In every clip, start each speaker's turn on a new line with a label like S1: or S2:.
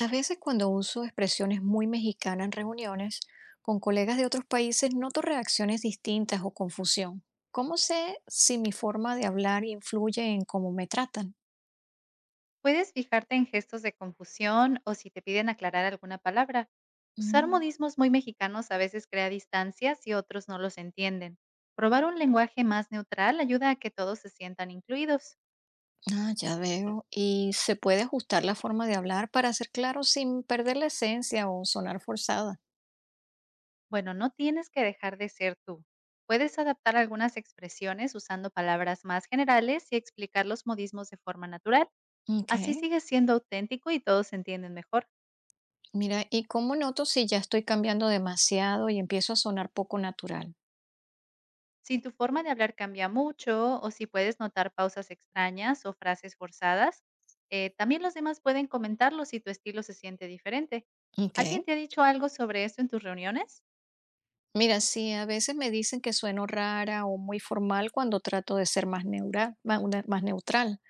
S1: A veces cuando uso expresiones muy mexicanas en reuniones con colegas de otros países, noto reacciones distintas o confusión. ¿Cómo sé si mi forma de hablar influye en cómo me tratan?
S2: Puedes fijarte en gestos de confusión o si te piden aclarar alguna palabra. Usar
S1: Mm,
S2: modismos muy mexicanos a veces crea distancias y otros no los entienden. Probar un lenguaje más neutral ayuda a que todos se sientan incluidos.
S1: ah, ya veo. ¿Y se puede ajustar la forma de hablar para ser claro sin perder la esencia o sonar forzada?
S2: Bueno, no tienes que dejar de ser tú. Puedes adaptar algunas expresiones usando palabras más generales y explicar los modismos de forma natural.
S1: Ok.
S2: Así sigues siendo auténtico y todos se entienden mejor.
S1: Mira, ¿y cómo noto si ya estoy cambiando demasiado y empiezo a sonar poco natural?
S2: Si tu forma de hablar cambia mucho o si puedes notar pausas extrañas o frases forzadas, también los demás pueden comentarlo si tu estilo se siente diferente.
S1: Ok.
S2: ¿Alguien te ha dicho algo sobre esto en tus reuniones?
S1: Mira, sí, a veces me dicen que sueno rara o muy formal cuando trato de ser más más neutral.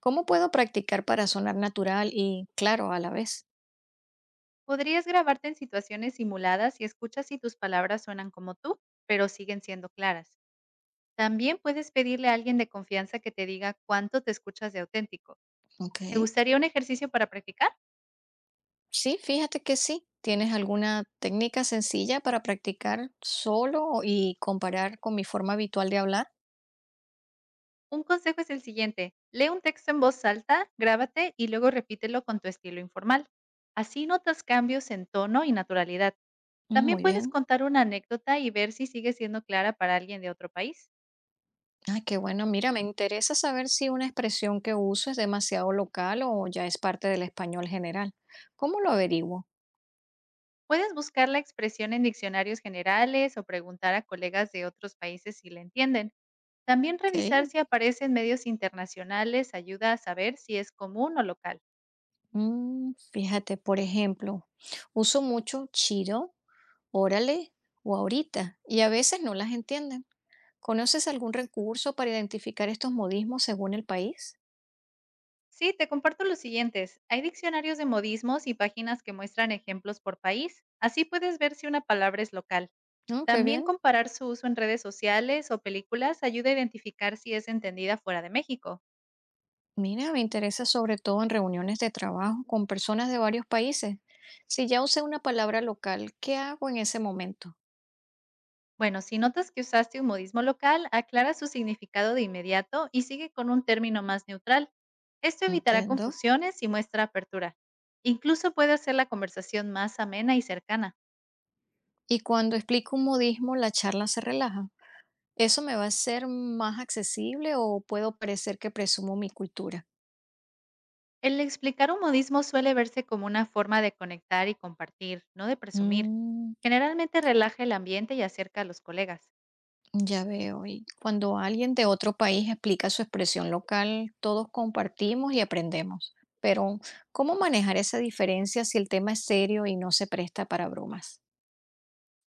S1: ¿Cómo puedo practicar para sonar natural y claro a la vez?
S2: Podrías grabarte en situaciones simuladas y escuchas si tus palabras suenan como tú, pero siguen siendo claras. También puedes pedirle a alguien de confianza que te diga cuánto te escuchas de auténtico.
S1: Ok.
S2: ¿Te gustaría un ejercicio para practicar?
S1: Sí, fíjate que sí. ¿Tienes alguna técnica sencilla para practicar solo y comparar con mi forma habitual de hablar?
S2: Un consejo es el siguiente, lee un texto en voz alta, grábate y luego repítelo con tu estilo informal. Así notas cambios en tono y naturalidad.
S1: Mm,
S2: También
S1: muy
S2: puedes
S1: bien.
S2: contar una anécdota y ver si sigue siendo clara para alguien de otro país.
S1: Ah, qué bueno. Mira, me interesa saber si una expresión que uso es demasiado local o ya es parte del español general. ¿Cómo lo averiguo?
S2: Puedes buscar la expresión en diccionarios generales o preguntar a colegas de otros países si la entienden. También revisar
S1: Ok.
S2: si aparece en medios internacionales ayuda a saber si es común o local.
S1: Mm, fíjate, por ejemplo, uso mucho chido, órale o ahorita, y a veces no las entienden. ¿Conoces algún recurso para identificar estos modismos según el país?
S2: Sí, te comparto los siguientes. Hay diccionarios de modismos y páginas que muestran ejemplos por país. Así puedes ver si una palabra es local.
S1: Mm, qué
S2: También
S1: bien.
S2: comparar su uso en redes sociales o películas ayuda a identificar si es entendida fuera de México.
S1: Mira, me interesa sobre todo en reuniones de trabajo con personas de varios países. Si ya usé una palabra local, ¿qué hago en ese momento?
S2: Bueno, si notas que usaste un modismo local, aclara su significado de inmediato y sigue con un término más neutral. Esto evitará
S1: Entiendo.
S2: confusiones y muestra apertura. Incluso puede hacer la conversación más amena y cercana.
S1: Y cuando explico un modismo, la charla se relaja. ¿Eso me va a ser más accesible o puedo parecer que presumo mi cultura?
S2: El explicar un modismo suele verse como una forma de conectar y compartir, no de presumir.
S1: Mm,
S2: Generalmente relaja el ambiente y acerca a los colegas.
S1: ya veo. Y cuando alguien de otro país explica su expresión local, todos compartimos y aprendemos. Pero, ¿cómo manejar esa diferencia si el tema es serio y no se presta para bromas?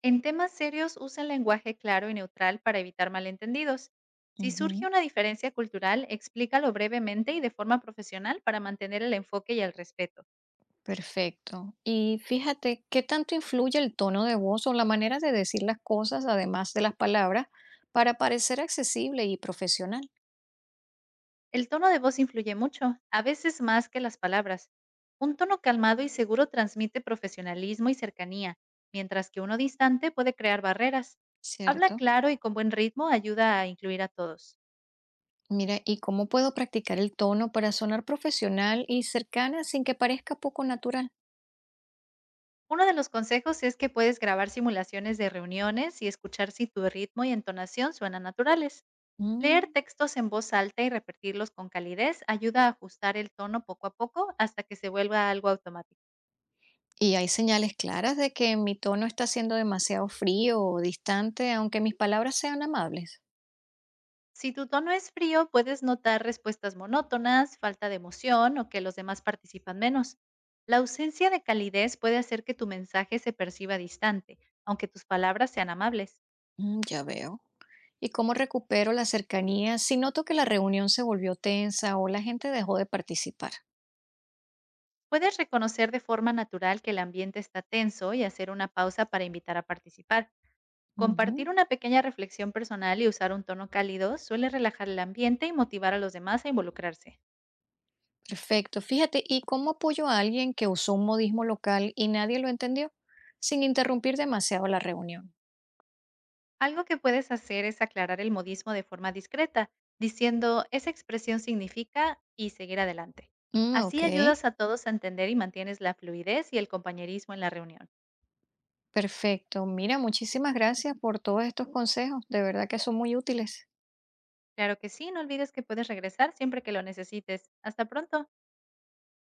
S2: En temas serios usa el lenguaje claro y neutral para evitar malentendidos. Si
S1: Ujú,
S2: surge una diferencia cultural, explícalo brevemente y de forma profesional para mantener el enfoque y el respeto.
S1: perfecto. Y fíjate, ¿qué tanto influye el tono de voz o la manera de decir las cosas, además de las palabras, para parecer accesible y profesional?
S2: El tono de voz influye mucho, a veces más que las palabras. Un tono calmado y seguro transmite profesionalismo y cercanía, mientras que uno distante puede crear barreras. Habla
S1: Cierto.
S2: claro y con buen ritmo ayuda a incluir a todos.
S1: Mira, ¿y cómo puedo practicar el tono para sonar profesional y cercana sin que parezca poco natural?
S2: Uno de los consejos es que puedes grabar simulaciones de reuniones y escuchar si tu ritmo y entonación suenan naturales. Leer
S1: Mm.
S2: textos en voz alta y repetirlos con calidez ayuda a ajustar el tono poco a poco hasta que se vuelva algo automático.
S1: ¿Y hay señales claras de que mi tono está siendo demasiado frío o distante, aunque mis palabras sean amables?
S2: Si tu tono es frío, puedes notar respuestas monótonas, falta de emoción o que los demás participan menos. La ausencia de calidez puede hacer que tu mensaje se perciba distante, aunque tus palabras sean amables.
S1: Mm, ya veo. ¿Y cómo recupero la cercanía si noto que la reunión se volvió tensa o la gente dejó de participar?
S2: Puedes reconocer de forma natural que el ambiente está tenso y hacer una pausa para invitar a participar.
S1: Ujú,
S2: Compartir una pequeña reflexión personal y usar un tono cálido suele relajar el ambiente y motivar a los demás a involucrarse.
S1: perfecto. Fíjate, ¿y cómo apoyo a alguien que usó un modismo local y nadie lo entendió, sin interrumpir demasiado la reunión?
S2: Algo que puedes hacer es aclarar el modismo de forma discreta, diciendo esa expresión significa y seguir adelante.
S1: Mm, ok,
S2: Así ayudas a todos a entender y mantienes la fluidez y el compañerismo en la reunión.
S1: perfecto. Mira, muchísimas gracias por todos estos consejos. De verdad que son muy útiles.
S2: Claro que sí, no olvides que puedes regresar siempre que lo necesites. Hasta pronto.